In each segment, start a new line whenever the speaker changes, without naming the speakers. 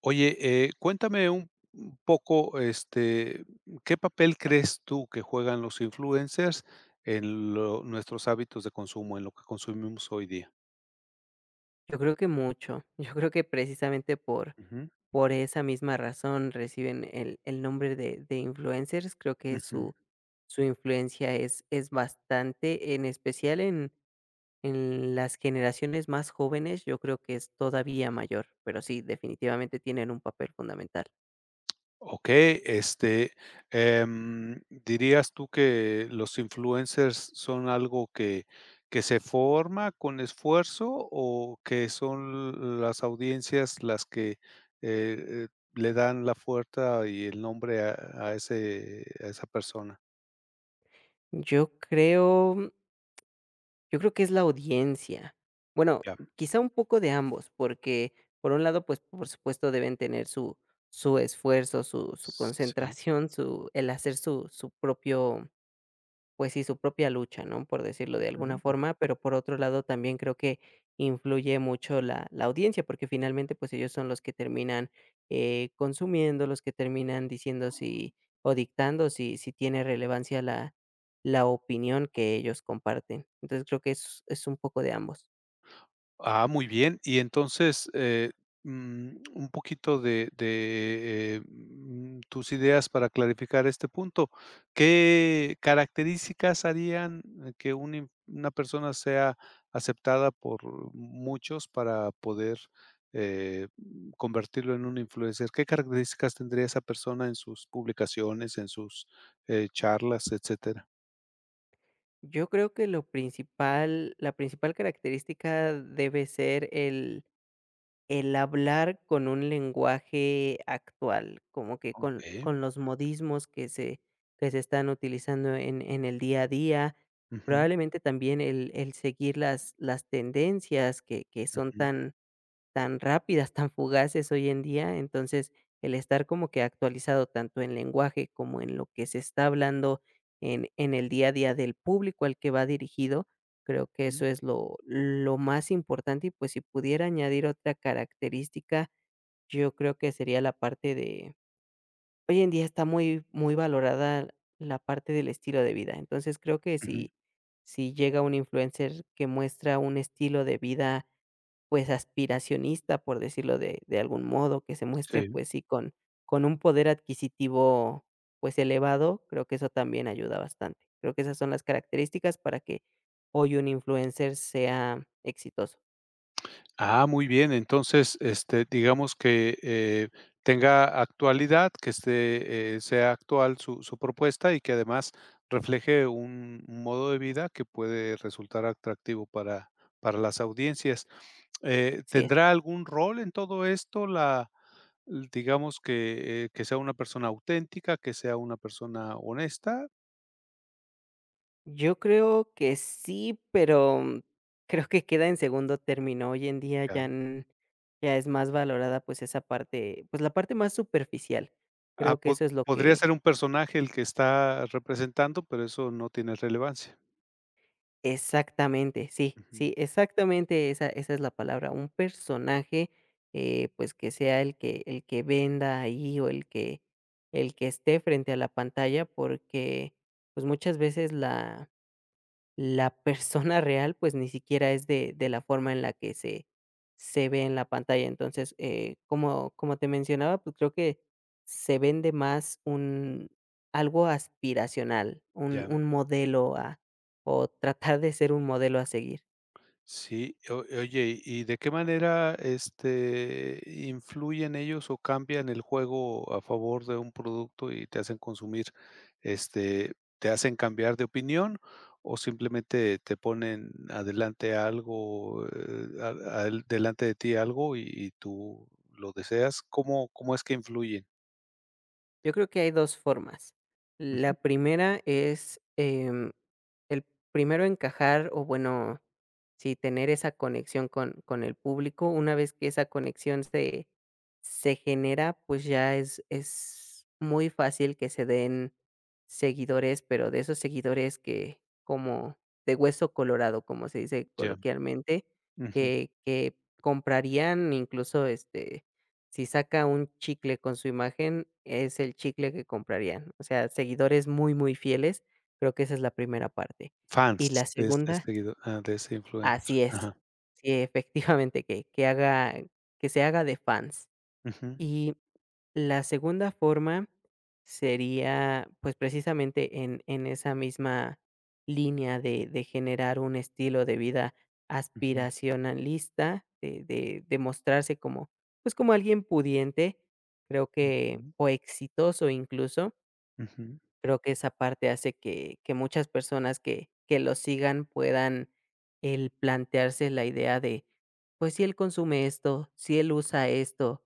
Oye, cuéntame un poco, este, ¿qué papel crees tú que juegan los influencers en lo nuestros hábitos de consumo, en lo que consumimos hoy día?
Yo creo que mucho. Yo creo que precisamente por,
Ujú,
por esa misma razón reciben el nombre de influencers. Creo que
ujú.
su influencia es bastante, en especial en las generaciones más jóvenes, yo creo que es todavía mayor, pero sí, definitivamente tienen un papel fundamental.
Okey, este, ¿dirías tú que los influencers son algo que se forma con esfuerzo o que son las audiencias las que, eh eh, le dan la fuerza y el nombre a ese a esa persona?
Yo creo Yo creo que es la audiencia. Bueno,
Ya.
quizá un poco de ambos, porque por un lado, pues por supuesto deben tener su esfuerzo, su
Sí.
concentración, su, el hacer su, su propio pues sí, su propia lucha, ¿no? Por decirlo de alguna
Ujú.
forma, pero por otro lado también creo que influye mucho la audiencia, porque finalmente pues ellos son los que terminan consumiendo, los que terminan diciendo si o dictando si tiene relevancia la opinión que ellos comparten. Entonces creo que es un poco de ambos.
Ah, muy bien. Y entonces, un poquito de de tus ideas para clarificar este punto. ¿Qué características harían que un in una persona sea aceptada por muchos para poder, convertirlo en un influencer? ¿Qué características tendría esa persona en sus publicaciones, en sus, charlas, etcétera?
Yo creo que lo principal, la principal característica debe ser el hablar con un lenguaje actual, como que con,
Okey.
con los modismos que se están utilizando en el día a día,
Ujú,
probablemente también el seguir las tendencias que son
ujú,
tan rápidas, tan fugaces hoy en día. Entonces, el estar como que actualizado tanto en lenguaje como en lo que se está hablando en el día a día del público al que va dirigido, creo que eso
ujú,
es lo más importante. Y pues si pudiera añadir otra característica, yo creo que sería hoy en día está muy, muy valorada la parte del estilo de vida. Entonces, creo que
ujú.
si, llega un influencer que muestra un estilo de vida, pues, aspiracionista, por decirlo de algún modo, que se muestre,
Sí.
pues sí, con un poder adquisitivo, pues, elevado, creo que eso también ayuda bastante. Creo que esas son las características para que hoy un influencer sea exitoso,
Ah, muy bien. Entonces, este, digamos que, tenga actualidad, que esté, sea actual su propuesta y que además refleje un modo de vida que puede resultar atractivo para las audiencias.
así es.
¿Tendrá algún rol en todo esto la digamos que sea una persona auténtica, que sea una persona honesta?
Yo creo que sí, pero, creo que queda en segundo término. Hoy en día
Ya.
ya es más valorada, pues, esa parte, pues, la parte más superficial.
Ah,
Creo que
po
eso es lo
podría
que
ser un personaje el que está representando, pero eso no tiene relevancia.
exactamente, sí,
Ujú,
sí, exactamente esa es la palabra, un personaje, pues, que sea el que venda ahí, o el que esté frente a la pantalla, porque, pues, muchas veces la persona real, pues, ni siquiera es de la forma en la que se ve en la pantalla. Entonces, como te mencionaba, pues, creo que se vende más un algo aspiracional, un
ya.
un modelo a o tratar de ser un modelo a seguir.
Sí, o oye, ¿y de qué manera, este, influyen ellos o cambian el juego a favor de un producto y te hacen consumir, este, te hacen cambiar de opinión o simplemente te ponen adelante algo, a al delante de ti algo y tú lo deseas? ¿Cómo es que influyen?
Yo creo que hay 2 formas. La
Ujú,
primera es, el primero encajar o bueno, sí, tener esa conexión con el público. Una vez que esa conexión se genera, pues ya es muy fácil que se den seguidores, pero de esos seguidores que como de hueso colorado, como se dice
ya,
coloquialmente,
ujú.
que comprarían incluso, si saca un chicle con su imagen, es el chicle que comprarían. O sea, seguidores muy, muy fieles. Creo que esa es la primera parte. Y
Fans
la
de este
segunda
seguido ah, de ese influencer.
así es.
Ajá.
Sí, efectivamente, que haga que se haga de fans.
Ujú,
Y la segunda forma sería, pues, precisamente en esa misma línea de generar un estilo de vida
ujú,
aspiracionalista, de mostrarse como, pues, como alguien pudiente, creo que
ujú,
o exitoso incluso.
ujú.
Creo que esa parte hace que muchas personas que lo sigan puedan el plantearse la idea de, pues, si él consume esto, si él usa esto,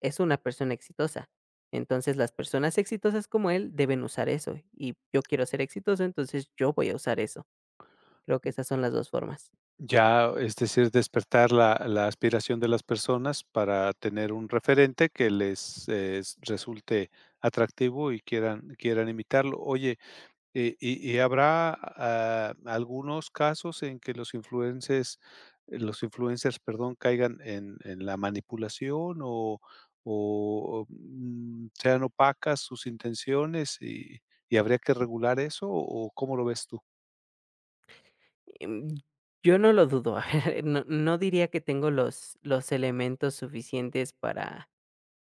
es una persona exitosa. Entonces, las personas exitosas como él deben usar eso, y yo quiero ser exitoso, entonces yo voy a usar eso. Creo que esas son las dos formas.
Ya, es decir, despertar la aspiración de las personas para tener un referente que les, resulte atractivo y quieran imitarlo. Oye, ¿y habrá, ah, algunos casos en que los influencers, perdón, caigan en la manipulación o, sean opacas sus intenciones y habría que regular eso, o ¿cómo lo ves tú?
Em, yo no lo dudo, A ver, no diría que tengo los elementos suficientes para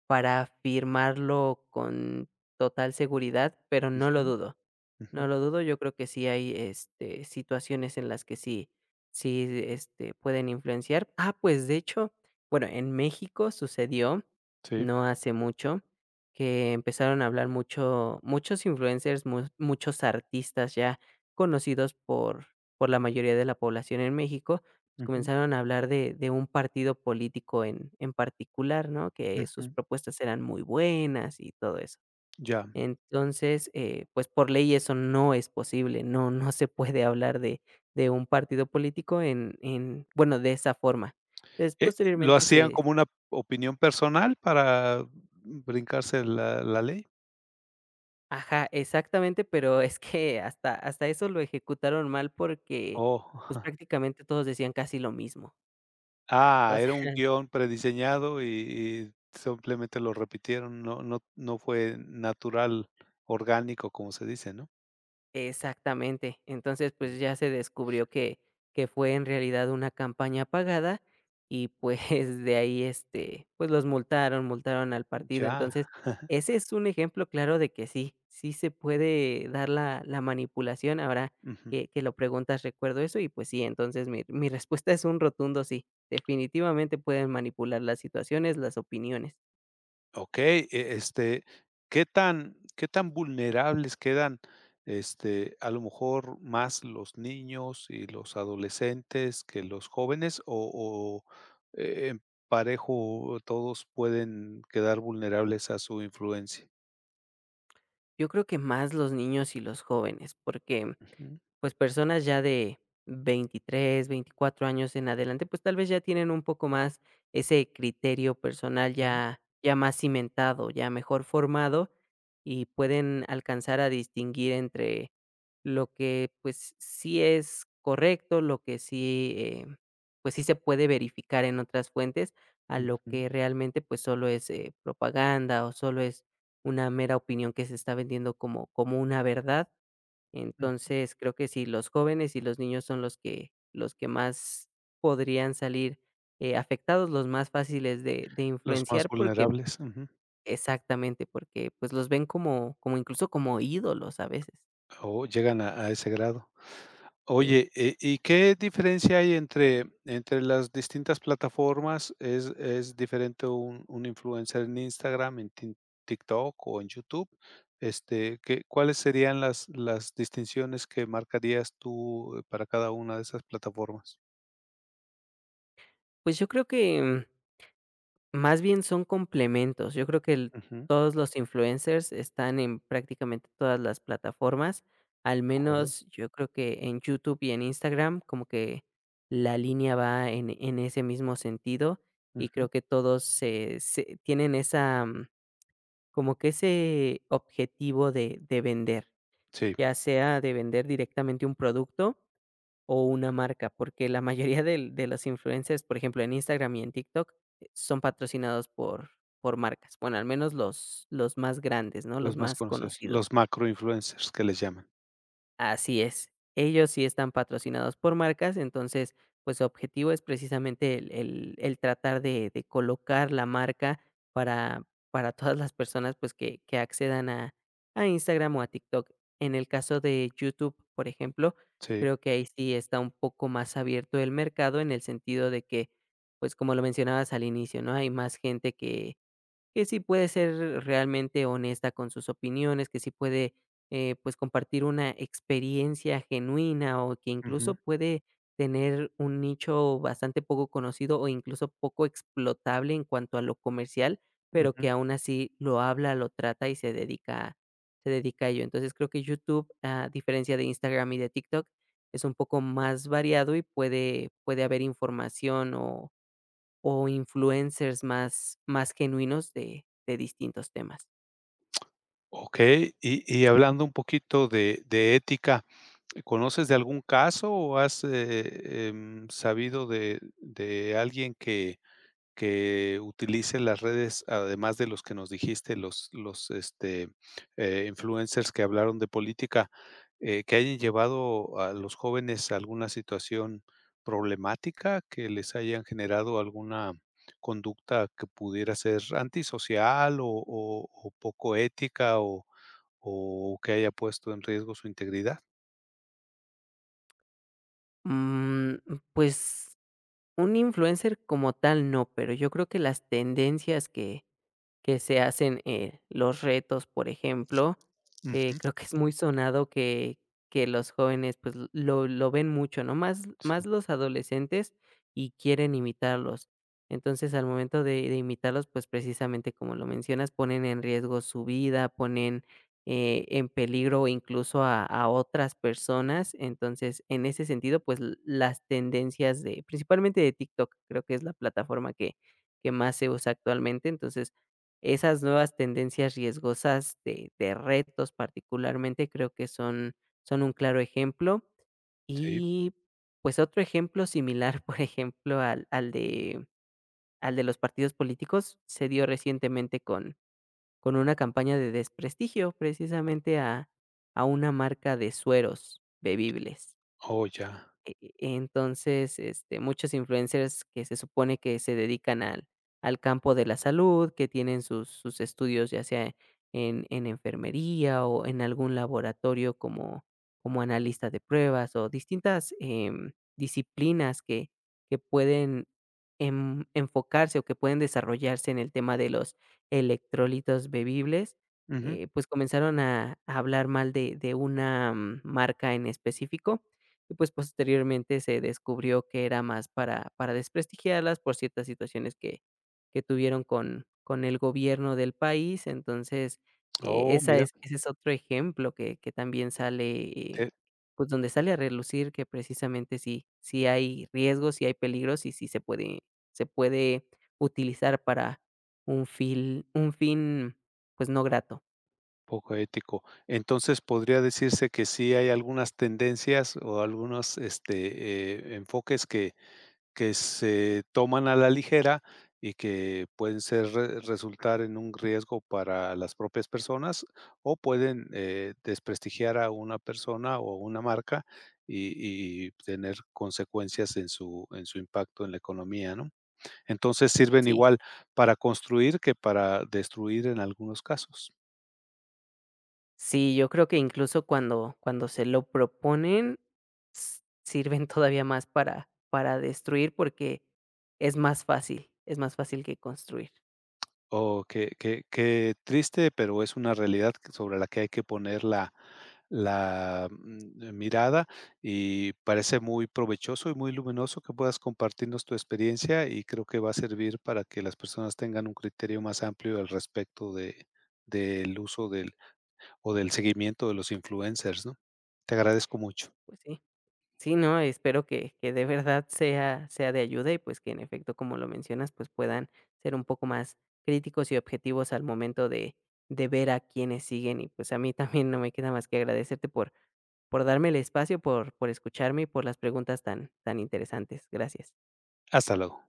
firmarlo con total seguridad, pero no
Ujú,
lo dudo.
ujú.
No lo dudo, yo creo que sí hay, situaciones en las que sí, pueden influenciar. Ah, pues, de hecho, bueno, en México sucedió,
Sí,
no hace mucho, que empezaron a hablar muchos influencers, mu muchos artistas ya conocidos por la mayoría de la población en México,
ujú,
comenzaron a hablar de un partido político en particular, ¿no? Que sus
ujú.
propuestas eran muy buenas y todo eso.
Ya,
Entonces, pues, por ley eso no es posible, no se puede hablar de un partido político de esa forma. Entonces,
¿lo
posteriormente
hacían
se
como una opinión personal para brincarse la ley?
ajá, exactamente, pero es que hasta eso lo ejecutaron mal porque,
Oh,
pues, prácticamente todos decían casi lo mismo. O
ah, era un
sea,
guión prediseñado y simplemente lo repitieron, no fue natural, orgánico, como se dice, ¿no?
exactamente. Entonces,
Mm.
pues, ya se descubrió que fue en realidad una campaña pagada y, pues, de ahí, pues, los multaron, al partido.
Ya,
Entonces, ese es un ejemplo claro de que sí, sí se puede dar la manipulación. Ahora
ujú.
que lo preguntas, recuerdo eso y, pues, sí, entonces mi respuesta es un rotundo sí. Definitivamente pueden manipular las situaciones, las opiniones.
Okey, este, ¿qué tan vulnerables quedan, este, a lo mejor más los niños y los adolescentes que los jóvenes? O, en parejo todos pueden quedar vulnerables a su influencia?
Yo creo que más los niños y los jóvenes, porque,
Ujú,
pues, personas ya de 23, 24 años en adelante, pues, tal vez ya tienen un poco más ese criterio personal
mm,
ya ya más cimentado, ya mejor formado, y pueden alcanzar a distinguir entre lo que, pues, sí es correcto, lo que sí, pues, sí se puede verificar en otras fuentes, a lo
ujú,
que realmente, pues, solo es, propaganda o solo es una mera opinión que se está vendiendo como una verdad.
mm.
Entonces, creo que sí, los jóvenes y los niños son los que más podrían salir, afectados, los más fáciles de
Los más
influenciar, porque
vulnerables, ujú.
exactamente, porque, pues, los ven como incluso como ídolos a veces,
Oh, llegan a ese grado.
sí.
Oye, ¿y qué diferencia hay entre las distintas plataformas? ¿Es diferente un influencer en Instagram, en Tin TikTok o en YouTube? Este, ¿qué cuáles serían las distinciones que marcarías tú, para cada una de esas plataformas?
Pues, yo creo que más bien son complementos. Yo creo que el
Ujú, de
todos los influencers están en prácticamente todas las plataformas, al
acuerdo.
menos yo creo que en YouTube y en Instagram como que la línea va en ese mismo sentido, y
Ujú.
creo que todos se tienen esa, como que ese objetivo de vender,
Sí,
ya sea de vender directamente un producto o una marca, porque la mayoría del de los influencers, por ejemplo, en Instagram y en TikTok, son patrocinados por marcas. Bueno, al menos los más grandes, ¿no? Los
los más
más
conocidos, los
conocidos.
macroinfluencers que les llaman.
Así es. Ellos sí están patrocinados por marcas, entonces, pues, su objetivo es precisamente el tratar de colocar la marca para para todas las personas, pues, que accedan a Instagram o a TikTok. En el caso de YouTube, por ejemplo,
Sí.
creo que ahí sí está un poco más abierto el mercado en el sentido de que, pues, como lo mencionabas al inicio, ¿no? Hay más gente que sí puede ser realmente honesta con sus opiniones, que sí puede, pues, compartir una experiencia genuina o que incluso
Ujú,
puede tener un nicho bastante poco conocido o incluso poco explotable en cuanto a lo comercial, pero que
ujú.
aún así lo habla, lo trata y se dedica a ello. Entonces, creo que YouTube, a diferencia de Instagram y de TikTok, es un poco más variado y puede haber información o influencers más genuinos de distintos temas.
Okey, y hablando un poquito de ética. ¿Conoces de algún caso o has, sabido de alguien que utilice las redes, además de los que nos dijiste, los, este, influencers que hablaron de política, que hayan llevado a los jóvenes a alguna situación problemática, que les hayan generado alguna conducta que pudiera ser antisocial o poco ética o que haya puesto en riesgo su integridad?
Mm, pues, un influencer como tal no, pero yo creo que las tendencias que se hacen, los retos, por ejemplo,
Ujú,
creo que es muy sonado que los jóvenes, pues, lo ven mucho, ¿no? Más
sí.
más los adolescentes y quieren imitarlos. Entonces, al momento de imitarlos, pues, precisamente, como lo mencionas, ponen en riesgo su vida, ponen, en peligro incluso a otras personas. Entonces, en ese sentido, pues, las tendencias de principalmente de TikTok, creo que es la plataforma que más se usa actualmente. Entonces, esas nuevas tendencias riesgosas de retos, particularmente, creo que son un claro ejemplo.
Sí.
Y, pues, otro ejemplo similar, por ejemplo, al de los partidos políticos, se dio recientemente con una campaña de desprestigio, precisamente, a una marca de sueros bebibles.
Oh, ya.
Entonces, muchos influencers que se supone que se dedican al campo de la salud, que tienen sus estudios, ya sea en enfermería o en algún laboratorio como analista de pruebas o distintas, disciplinas que pueden en enfocarse o que pueden desarrollarse en el tema de los electrolitos bebibles,
Ujú.
pues, comenzaron a hablar mal de una marca en específico y pues posteriormente se descubrió que era más para desprestigiarlas por ciertas situaciones que tuvieron con el gobierno del país. Entonces,
Oh,
esa
mira,
es ese es otro ejemplo que también sale,
eh,
pues, donde sale a relucir que precisamente sí sí hay riesgos, sí hay peligros y sí se puede utilizar para un fin, pues, no grato.
poco ético. Entonces, podría decirse que sí hay algunas tendencias o algunos, este, enfoques que se toman a la ligera y que pueden ser re resultar en un riesgo para las propias personas o pueden, desprestigiar a una persona o una marca y tener consecuencias en su impacto en la economía, ¿no? Entonces, sirven
Sí.
igual para construir que para destruir en algunos casos.
Sí, yo creo que incluso cuando se lo proponen, s sirven todavía más para destruir, porque es más fácil que construir.
Oh, qué triste, pero es una realidad que sobre la que hay que poner la la, mirada, y parece muy provechoso y muy luminoso que puedas compartirnos tu experiencia, y creo que va a servir para que las personas tengan un criterio más amplio al respecto de del uso del o del seguimiento de los influencers, ¿no? Te agradezco mucho.
Pues sí. Sí, no, espero que de verdad sea de ayuda y, pues, que en efecto, como lo mencionas, pues, puedan ser un poco más críticos y objetivos al momento de ver a quienes siguen. Y, pues, a mí también no me queda más que agradecerte por darme el espacio, por escucharme y por las preguntas tan interesantes. Gracias.
Hasta luego.